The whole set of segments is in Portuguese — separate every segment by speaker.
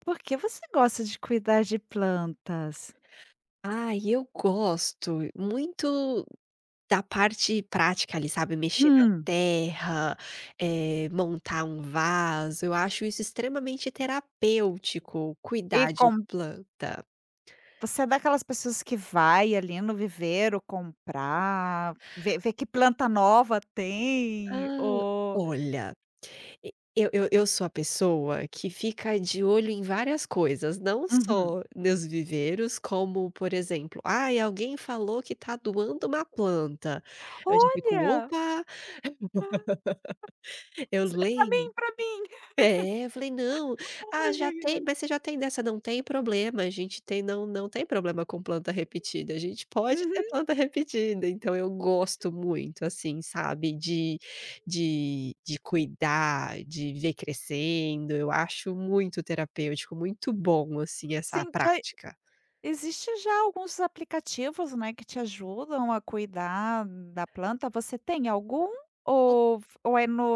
Speaker 1: Por que você gosta de cuidar de plantas?
Speaker 2: Ah, eu gosto muito da parte prática ali, sabe, mexer na
Speaker 1: Hum.
Speaker 2: terra, montar um vaso, eu acho isso extremamente terapêutico,
Speaker 1: E
Speaker 2: cuidar de
Speaker 1: com
Speaker 2: planta.
Speaker 1: você é daquelas pessoas que vai ali no viveiro comprar, ver vê que planta nova tem,
Speaker 2: Hã,
Speaker 1: ou
Speaker 2: Olha, e eu sou a pessoa que fica de olho em várias coisas, não
Speaker 1: Uhum.
Speaker 2: só nos viveiros, como, por exemplo, "Ai, alguém falou que tá doando uma planta", eu já fico:
Speaker 1: "Olha,
Speaker 2: "Opa, eu
Speaker 1: pra
Speaker 2: lembro".
Speaker 1: mim, pra mim".
Speaker 2: É, eu falei: "Não, ah,
Speaker 1: Olha
Speaker 2: já
Speaker 1: que
Speaker 2: tem
Speaker 1: boni
Speaker 2: mas você já tem dessa, não tem problema, a gente tem não tem problema com planta repetida, a gente pode ter
Speaker 1: Uhum,
Speaker 2: planta repetida". Então eu gosto muito, assim, sabe, de cuidar, de ver crescendo, eu acho muito terapêutico, muito bom, assim, essa
Speaker 1: sim. Já
Speaker 2: prática.
Speaker 1: existe já alguns aplicativos, né, que te ajudam a cuidar da planta. Você tem algum ou ou é no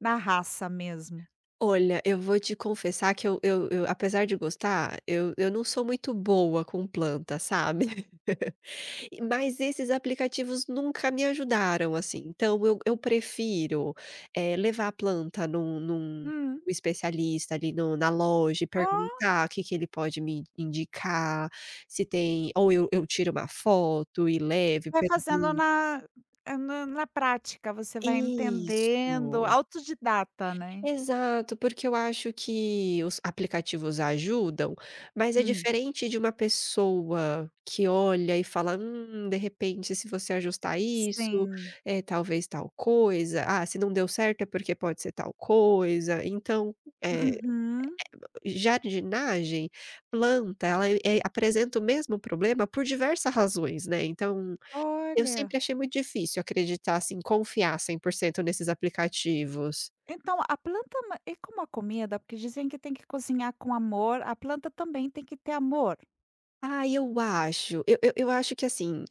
Speaker 1: na raça mesmo?
Speaker 2: Olha, eu vou te confessar que eu apesar de gostar, eu não sou muito boa com planta, sabe. Mas esses aplicativos nunca me ajudaram, assim, então eu prefiro, levar a planta num
Speaker 1: Hum.
Speaker 2: especialista ali no na loja e perguntar o que que ele pode me indicar, se tem ou eu tiro uma foto e levo e
Speaker 1: Vai fazendo
Speaker 2: pergunto.
Speaker 1: na prática, você vai entendendo,
Speaker 2: Isso.
Speaker 1: autodidata, né.
Speaker 2: Exato, porque eu acho que os aplicativos ajudam, mas é
Speaker 1: Hum.
Speaker 2: diferente de uma pessoa que olha e fala: de repente, se você ajustar isso,
Speaker 1: Sim.
Speaker 2: é talvez tal coisa. Ah, se não deu certo é porque pode ser tal coisa". Então, eh,
Speaker 1: Uhum.
Speaker 2: jardinagem, planta, ela, apresenta o mesmo problema por diversas razões, né. Então, eu
Speaker 1: Olha,
Speaker 2: sempre achei muito difícil acreditar, assim, confiar 100% nesses aplicativos.
Speaker 1: então a planta ma e como a comida, porque dizem que tem que cozinhar com amor, a planta também tem que ter amor?
Speaker 2: Ah, eu acho. Eu acho que assim,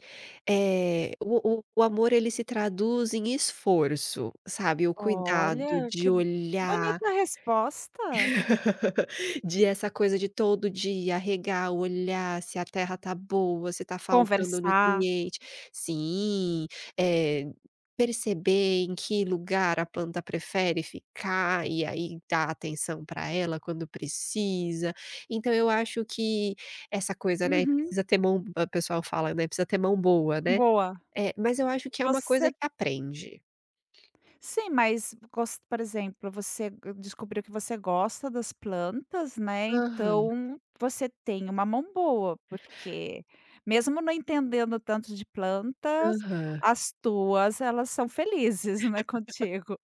Speaker 2: o amor ele se traduz em esforço, sabe, o cuidado
Speaker 1: Olha,
Speaker 2: de
Speaker 1: que bo- que
Speaker 2: olhar
Speaker 1: bonita resposta.
Speaker 2: de
Speaker 1: Hum.
Speaker 2: essa coisa de todo dia regar, olhar se a terra tá boa, se tá faltando
Speaker 1: Conversar.
Speaker 2: nutriente. Sim, eh, perceber em que lugar a planta prefere ficar e aí dar atenção para ela quando precisa. Então eu acho que essa coisa, né,
Speaker 1: Uhum,
Speaker 2: precisa ter mão o pessoal fala, né, precisa ter mão boa, né.
Speaker 1: boa.
Speaker 2: Mas eu acho que é uma coisa
Speaker 1: Você
Speaker 2: que aprende.
Speaker 1: Sim, mas gos por exemplo, você g descobriu que você gosta das plantas, né,
Speaker 2: Aham,
Speaker 1: então você tem uma mão boa, porque mesmo não entendendo tanto de plantas,
Speaker 2: aham.
Speaker 1: as tuas elas são felizes, né, contigo.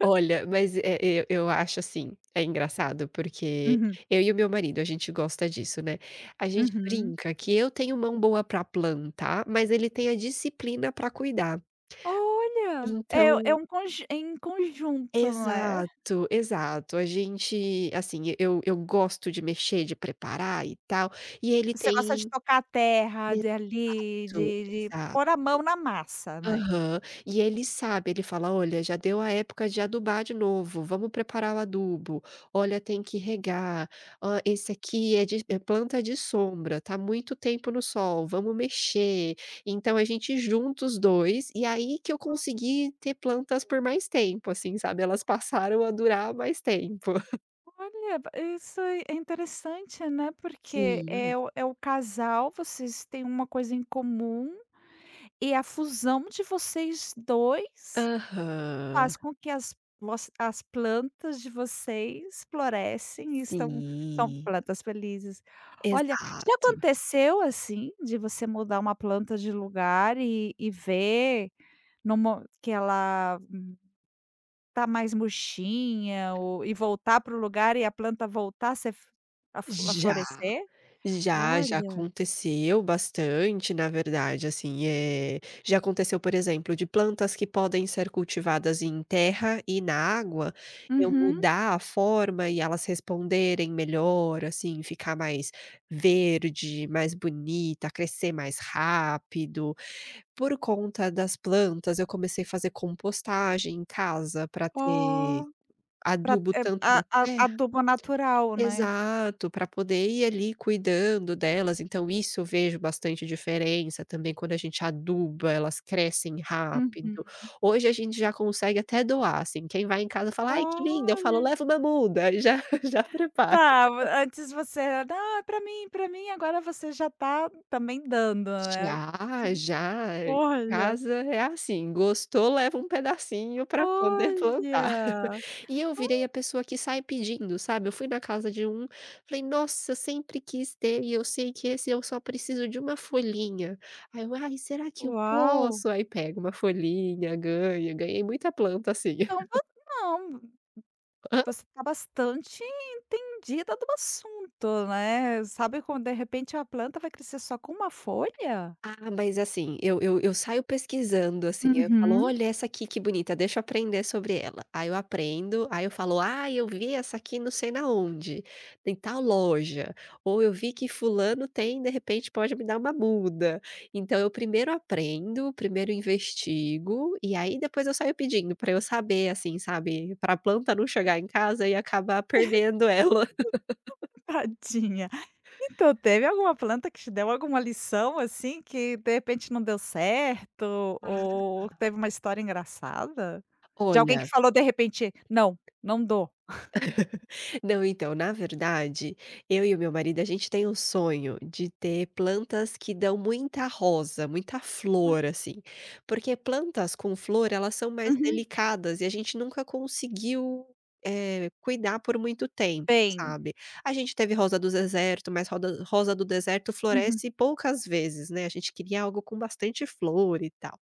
Speaker 2: Olha, mas, eu acho assim, é engraçado, porque
Speaker 1: Uhum,
Speaker 2: eu e o meu marido, a gente gosta disso, né. A gente
Speaker 1: uhum.
Speaker 2: brinca que eu tenho mão boa pra plantar, mas ele tem a disciplina pra cuidar.
Speaker 1: Olha! É é
Speaker 2: Então
Speaker 1: um conju é em conjunto, né.
Speaker 2: exato, exato. A gente assim, eu gosto de mexer, de preparar e tal, e ele
Speaker 1: Você gosta de
Speaker 2: tem
Speaker 1: tocar a terra, de ali,
Speaker 2: isso,
Speaker 1: de
Speaker 2: exato.
Speaker 1: pôr a mão na massa, né.
Speaker 2: Aham. E ele sabe, ele fala: "Olha, já deu a época de adubar de novo, vamos preparar o adubo. Olha, tem que regar. Hã, esse aqui é de é planta de sombra, tá muito tempo no sol, vamos mexer". Então a gente junta os 2, e aí que eu consegui ter plantas por mais tempo, assim, sabe, elas passaram a durar mais tempo.
Speaker 1: Olha, ba isso é é interessante, né, porque
Speaker 2: Sim.
Speaker 1: é o é o casal, vocês têm uma coisa em comum, e a fusão de vocês dois,
Speaker 2: Aham.
Speaker 1: faz com que as voc as plantas de vocês florescem e estão são
Speaker 2: Sim.
Speaker 1: plantas felizes. Olha, já
Speaker 2: Exato.
Speaker 1: aconteceu, assim, de você mudar uma planta de lugar e ver no que ela Tá mais murchinha ou e voltar para o lugar e a planta voltar a ser f a flo a
Speaker 2: Já.
Speaker 1: florescer?
Speaker 2: Já, já
Speaker 1: Olha.
Speaker 2: aconteceu bastante, na verdade, assim, já aconteceu, por exemplo, de plantas que podem ser cultivadas em terra e na água, eu
Speaker 1: Uhum.
Speaker 2: mudar a forma e elas responderem melhor, assim, ficar mais verde, mais bonita, crescer mais rápido. Por conta das plantas, eu comecei a fazer compostagem em casa para
Speaker 1: Ó.
Speaker 2: ter
Speaker 1: Pra
Speaker 2: adubo tanto
Speaker 1: a
Speaker 2: da
Speaker 1: a adubo natural, né.
Speaker 2: exato, para poder ir ali cuidando delas, então isso eu vejo bastante diferença também quando a gente aduba, elas crescem rápido.
Speaker 1: Uhum.
Speaker 2: Hoje a gente já consegue até doar, assim, quem vai em casa fala: "Ai que linda", eu falo:
Speaker 1: Olha.
Speaker 2: "Leva uma muda", aí já já prepara.
Speaker 1: Tá, vo antes você era: "Não, é pra mim", agora você já tá também dando, né.
Speaker 2: Já, já, em
Speaker 1: Olha,
Speaker 2: casa é assim, gostou leva um pedacinho para poder plantar.
Speaker 1: olha,
Speaker 2: E eu virei a pessoa que sai pedindo, sabe. Eu fui na casa de um, falei: "Nossa, eu sempre quis ter e eu sei que esse eu só preciso de uma folhinha". Aí eu: "Ai, será que eu
Speaker 1: uau.
Speaker 2: posso?". Aí pega uma folhinha, ganha, ganhei muita planta assim.
Speaker 1: Então vo não. Você tá bastante entendida do assunto, né. Sabe quando de repente a planta vai crescer só com uma folha?
Speaker 2: Ah, mas assim, eu saio pesquisando, assim, eu falo:
Speaker 1: Uhum.
Speaker 2: "Olha essa aqui que bonita, deixa eu aprender sobre ela". Aí eu aprendo, aí eu falo: "Ah, eu vi essa aqui não sei na onde, em tal loja", ou "eu vi que fulano tem, de repente pode me dar uma muda". Então eu primeiro aprendo, primeiro investigo, e aí depois eu saio pedindo pra eu saber, assim, sabe, pra planta não chegar em casa e acabar perdendo ela.
Speaker 1: Tadinha. Então, teve alguma planta que te deu alguma lição, assim, que de repente não deu certo ou teve uma história engraçada? De alguém que
Speaker 2: Olha,
Speaker 1: falou de repente: "Não, não dou.
Speaker 2: não, então, na verdade, eu e o meu marido, a gente tem um sonho de ter plantas que dão muita rosa, muita
Speaker 1: Ah,
Speaker 2: flor, assim. Porque plantas com flor, elas são mais
Speaker 1: uhum.
Speaker 2: delicadas e a gente nunca conseguiu, cuidar por muito tempo,
Speaker 1: Tem".
Speaker 2: sabe. A gente teve rosa do deserto, mas roda rosa do deserto
Speaker 1: Uhum.
Speaker 2: floresce poucas vezes, né, a gente queria algo com bastante flor e tal.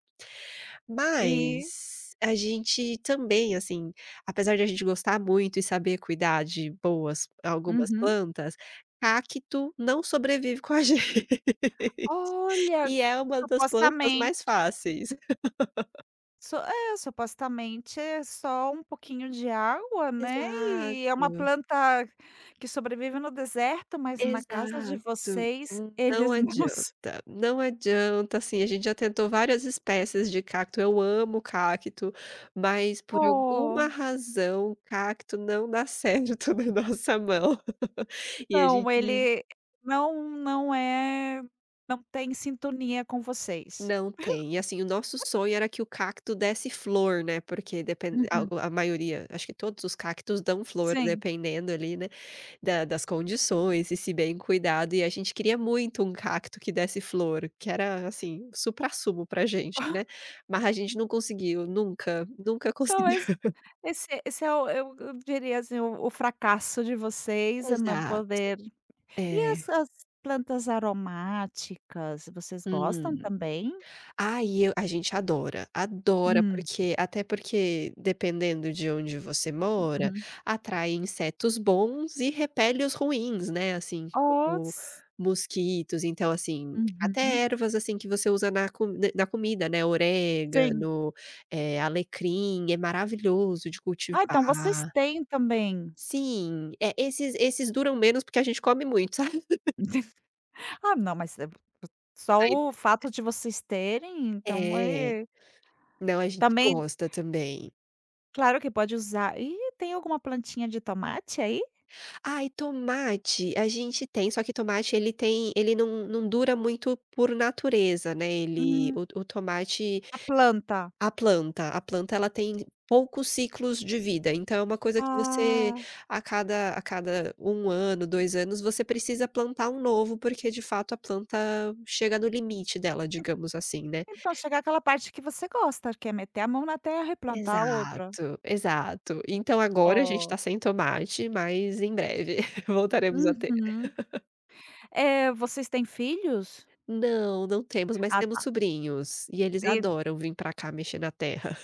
Speaker 1: E
Speaker 2: Mas a gente também, assim, apesar de a gente gostar muito e saber cuidar de boas algumas
Speaker 1: Uhum.
Speaker 2: plantas, cacto não sobrevive com a gente.
Speaker 1: Olha,
Speaker 2: E é uma das plantas mais
Speaker 1: supostamente.
Speaker 2: fáceis.
Speaker 1: Su é, supostamente é só um pouquinho de água, né, e é uma
Speaker 2: Exato.
Speaker 1: planta que sobrevive no deserto, mas na casa de
Speaker 2: Exato,
Speaker 1: vocês
Speaker 2: não
Speaker 1: eles não s
Speaker 2: adianta, não adianta, assim, a gente já tentou várias espécies de cacto, eu amo cacto, mas por alguma
Speaker 1: Oh,
Speaker 2: razão cacto não dá certo na nossa mão. E a
Speaker 1: não,
Speaker 2: gente
Speaker 1: ele não não é não tem sintonia com vocês.
Speaker 2: não tem, e assim, o nosso sonho era que o cacto desse flor, né, porque depende,
Speaker 1: Uhum.
Speaker 2: a maioria, acho que todos os cactos dão flor
Speaker 1: Sim.
Speaker 2: dependendo ali, né. Da das condições, e se bem cuidado, e a gente queria muito um cacto que desse flor, que era, assim, o suprassumo pra gente, né, mas a gente não conseguiu, nunca, nunca conseguiu.
Speaker 1: Talvez esse é o eu diria assim, o fracasso de vocês é não
Speaker 2: Exato,
Speaker 1: poder E
Speaker 2: é,
Speaker 1: as plantas aromáticas, vocês gostam
Speaker 2: uhum.
Speaker 1: também?
Speaker 2: Aí eu a gente adora, adora
Speaker 1: Hum,
Speaker 2: porque até porque dependendo de onde você mora,
Speaker 1: uhum.
Speaker 2: atrai insetos bons e repele os ruins, né, assim, como
Speaker 1: Os
Speaker 2: mosquitos, então assim, até
Speaker 1: Uhum.
Speaker 2: ervas, assim, que você usa na co na na comida, né,
Speaker 1: Sim.
Speaker 2: orégano, alecrim, é maravilhoso de
Speaker 1: Ah, então vocês
Speaker 2: cultivar.
Speaker 1: têm também.
Speaker 2: Sim, é, esses duram menos porque a gente come muito, sabe.
Speaker 1: Ah, não, mas é só
Speaker 2: Aí,
Speaker 1: o fato de vocês terem, então,
Speaker 2: é,
Speaker 1: é
Speaker 2: não, a gente
Speaker 1: também
Speaker 2: gosta também.
Speaker 1: claro que pode usar. Ih, tem alguma plantinha de tomate aí?
Speaker 2: Ai, tomate a gente tem, só que tomate ele tem ele não dura muito por natureza, né, ele
Speaker 1: Hum.
Speaker 2: o tomate
Speaker 1: A planta.
Speaker 2: a planta ela tem poucos ciclos de vida, então é uma coisa que você
Speaker 1: Ah,
Speaker 2: a cada um ano, 2 anos, você precisa plantar um novo, porque de fato a planta chega no limite dela, digamos assim, né.
Speaker 1: então chegar aquela parte que você gosta, que é meter a mão na terra e plantar a outra.
Speaker 2: Exato, exato. Então agora a gente tá
Speaker 1: Oh.
Speaker 2: sem tomate, mas em breve voltaremos a ter.
Speaker 1: Uhum. Vocês têm filhos?
Speaker 2: Não, não temos, mas
Speaker 1: Ah,
Speaker 2: temos
Speaker 1: tá.
Speaker 2: sobrinhos, e eles adoram vim pra cá mexer na terra.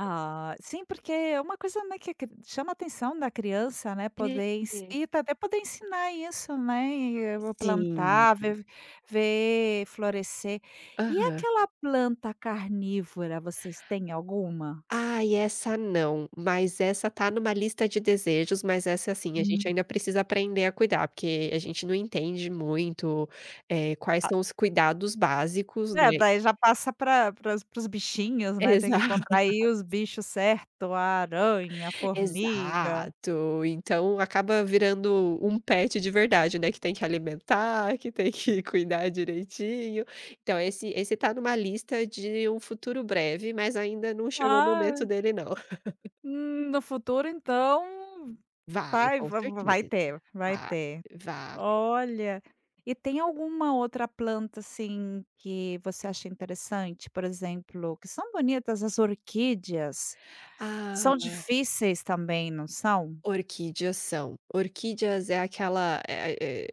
Speaker 1: Ah, sim, porque é uma coisa, né, que cri chama a atenção da criança, né,
Speaker 2: É,
Speaker 1: poder ens
Speaker 2: é.
Speaker 1: e tá- até poder ensinar isso, né, e
Speaker 2: Sim.
Speaker 1: plantar, ver ver florescer. E
Speaker 2: Aham.
Speaker 1: aquela planta carnívora, vocês têm alguma?
Speaker 2: Ai, essa não, mas essa tá numa lista de desejos, mas essa, assim, a gente
Speaker 1: Hum.
Speaker 2: ainda precisa aprender a cuidar, porque a gente não entende muito, quais
Speaker 1: A
Speaker 2: são os cuidados básicos,
Speaker 1: é,
Speaker 2: né.
Speaker 1: daí já passa para os bichinhos, né, tem que
Speaker 2: Exato.
Speaker 1: encontrar aí os bichos certo, a aranha, a formiga.
Speaker 2: Exato, então acaba virando um pet de verdade, né, que tem que alimentar, que tem que cuidar direitinho. Então esse tá numa lista de um futuro breve, mas ainda não chegou o
Speaker 1: Ah,
Speaker 2: momento dele não.
Speaker 1: no futuro então
Speaker 2: Vai,
Speaker 1: Vai
Speaker 2: com
Speaker 1: va vai
Speaker 2: certeza,
Speaker 1: ter, vai
Speaker 2: vai,
Speaker 1: ter.
Speaker 2: vai.
Speaker 1: Olha, e tem alguma outra planta, assim, que você acha interessante? Por exemplo, que são bonitas as orquídeas, são
Speaker 2: Ah,
Speaker 1: difíceis também, não são?
Speaker 2: orquídeas são. Orquídeas é aquela eh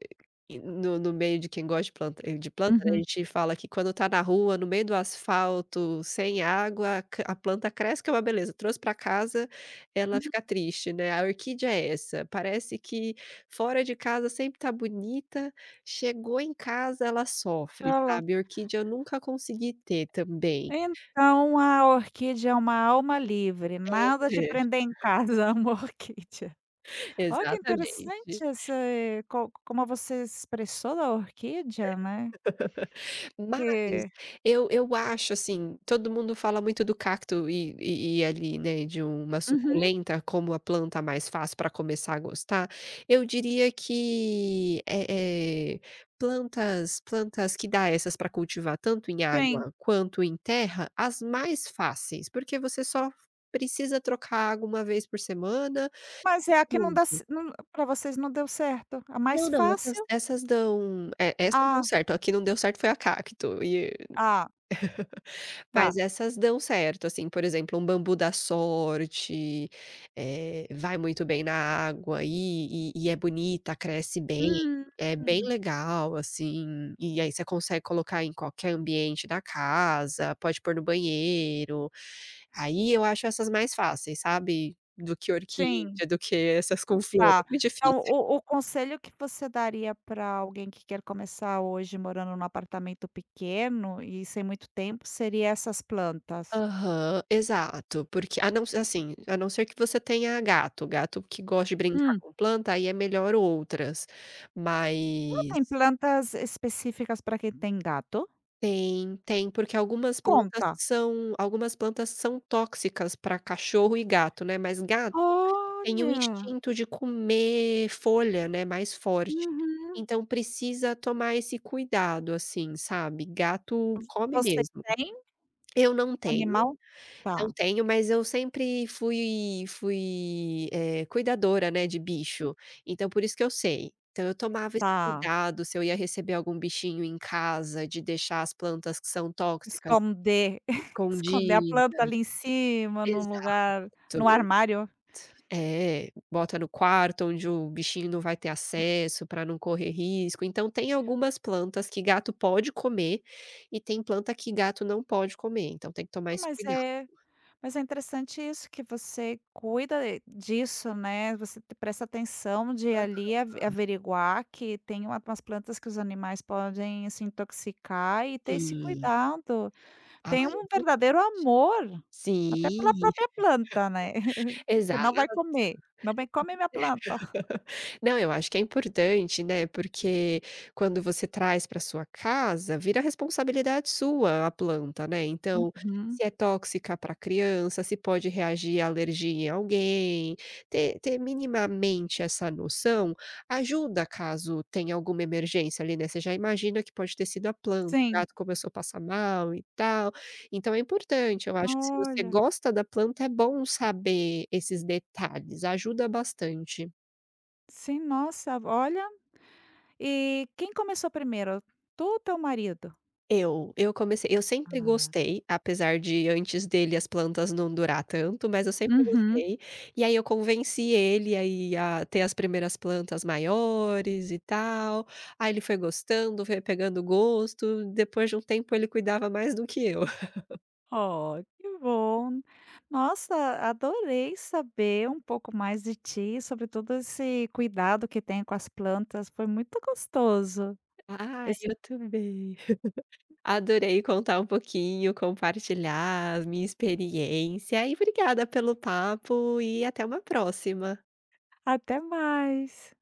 Speaker 2: eh, no meio de quem gosta de planta de planta, né, a
Speaker 1: Uhum.
Speaker 2: gente fala que quando tá na rua, no meio do asfalto, sem água, ca a planta cresce que é uma beleza, trouxe pra casa, ela
Speaker 1: Hum,
Speaker 2: fica triste, né, a orquídea é essa, parece que fora de casa sempre tá bonita, chegou em casa ela sofre,
Speaker 1: Olha lá.
Speaker 2: sabe. Orquídea eu nunca consegui ter também.
Speaker 1: Então a orquídea é uma alma livre, nada de prender em casa uma orquídea.
Speaker 2: É,
Speaker 1: Olha que
Speaker 2: exatamente.
Speaker 1: interessante esse co como você expressou da orquídea, né,
Speaker 2: Mas
Speaker 1: que
Speaker 2: eu acho, assim, todo mundo fala muito do cacto e e ali, né, de uma
Speaker 1: Uhum.
Speaker 2: suculenta como a planta mais fácil para começar a gostar. Eu diria que, plantas que dá essas para cultivar tanto em
Speaker 1: sim.
Speaker 2: água quanto em terra, as mais fáceis, porque você só precisa trocar água uma vez por semana,
Speaker 1: Mas é a que não dá
Speaker 2: pronto.
Speaker 1: ce não pra vocês não deu certo? A mais
Speaker 2: Não, não, essas
Speaker 1: fácil?
Speaker 2: essas dão, essas dão
Speaker 1: Ah,
Speaker 2: certo, a que não deu certo foi a cacto.
Speaker 1: ah, tá.
Speaker 2: Mas essas dão certo, assim, por exemplo, um bambu da sorte, vai muito bem na água e e é bonita, cresce bem,
Speaker 1: Hum,
Speaker 2: é bem
Speaker 1: hum,
Speaker 2: legal, assim, e aí você consegue colocar em qualquer ambiente da casa, pode pôr no banheiro. Aí eu acho essas mais fáceis, sabe, do que
Speaker 1: sim,
Speaker 2: orquídea, do que essas com flor, é
Speaker 1: tá.
Speaker 2: muito
Speaker 1: Então
Speaker 2: difícil.
Speaker 1: o conselho que você daria para alguém que quer começar hoje morando num apartamento pequeno e sem muito tempo seria essas plantas.
Speaker 2: Aham, exato, porque a não ser assim, a não ser que você tenha gato, gato que gosta de brincar
Speaker 1: Hum,
Speaker 2: com planta, aí é melhor outras, mas
Speaker 1: ah, tem plantas específicas para quem tem gato?
Speaker 2: tem, tem, porque
Speaker 1: Conta.
Speaker 2: algumas plantas são tóxicas para cachorro e gato, né, mas gato tem o
Speaker 1: Olha!
Speaker 2: instinto de comer folha, né, mais forte,
Speaker 1: Uhum.
Speaker 2: então precisa tomar esse cuidado, assim, sabe, gato come
Speaker 1: Você
Speaker 2: mesmo.
Speaker 1: tem
Speaker 2: Eu não tenho.
Speaker 1: animal? Tá,
Speaker 2: Não tenho, mas eu sempre fui, cuidadora, né, de bicho, então por isso que eu sei. Então eu tomava esse
Speaker 1: tá.
Speaker 2: cuidado, se eu ia receber algum bichinho em casa, de deixar as plantas que são tóxicas
Speaker 1: Esconder, esconder a
Speaker 2: escondidas.
Speaker 1: planta ali em cima, num lugar no
Speaker 2: Exato.
Speaker 1: armário.
Speaker 2: É, bota no quarto onde o bichinho não vai ter acesso pra não correr risco. Então tem algumas plantas que gato pode comer e tem planta que gato não pode comer, então tem que tomar
Speaker 1: Ah,
Speaker 2: esse cuidado.
Speaker 1: mas é interessante isso que você cuida de- disso, né, você te- presta atenção de ali ave averiguar que tem uma umas plantas que os animais podem se intoxicar e ter esse
Speaker 2: Sim.
Speaker 1: cuidado.
Speaker 2: Ah,
Speaker 1: Tem
Speaker 2: é
Speaker 1: um verdadeiro
Speaker 2: importante.
Speaker 1: amor, até pela
Speaker 2: Sim,
Speaker 1: própria planta, né. Você
Speaker 2: exato.
Speaker 1: não vai comer, "não vem come minha planta".
Speaker 2: Não, eu acho que é importante, né, porque quando você traz para sua casa, vira responsabilidade sua a planta, né, hum, então,
Speaker 1: Uhum.
Speaker 2: se é tóxica para criança, se pode reagir à alergia em alguém, ter minimamente essa noção ajuda caso tenha alguma emergência ali, né, você já imagina que pode ter sido a planta, o
Speaker 1: Sim.
Speaker 2: gato começou a passar mal e tal, então é importante, eu acho que se você
Speaker 1: Olha,
Speaker 2: gosta da planta é bom saber esses detalhes, ajuda bastante.
Speaker 1: sim, nossa, olha E quem começou primeiro, tu ou teu marido?
Speaker 2: Eu comecei eu sempre
Speaker 1: Ah,
Speaker 2: gostei, apesar de antes dele as plantas não durar tanto, mas eu sempre
Speaker 1: uhum.
Speaker 2: gostei. E aí eu convenci ele aí a ter as primeiras plantas maiores e tal. Aí ele foi gostando, foi pegando gosto, depois de um tempo ele cuidava mais do que eu.
Speaker 1: Oh, que bom. Nossa, adorei saber um pouco mais de ti, sobre todo esse cuidado que tem com as plantas, foi muito gostoso.
Speaker 2: Ah,
Speaker 1: Esse
Speaker 2: eu também. Adorei contar um pouquinho, compartilhar a minha experiência e obrigada pelo papo e até uma próxima.
Speaker 1: Até mais.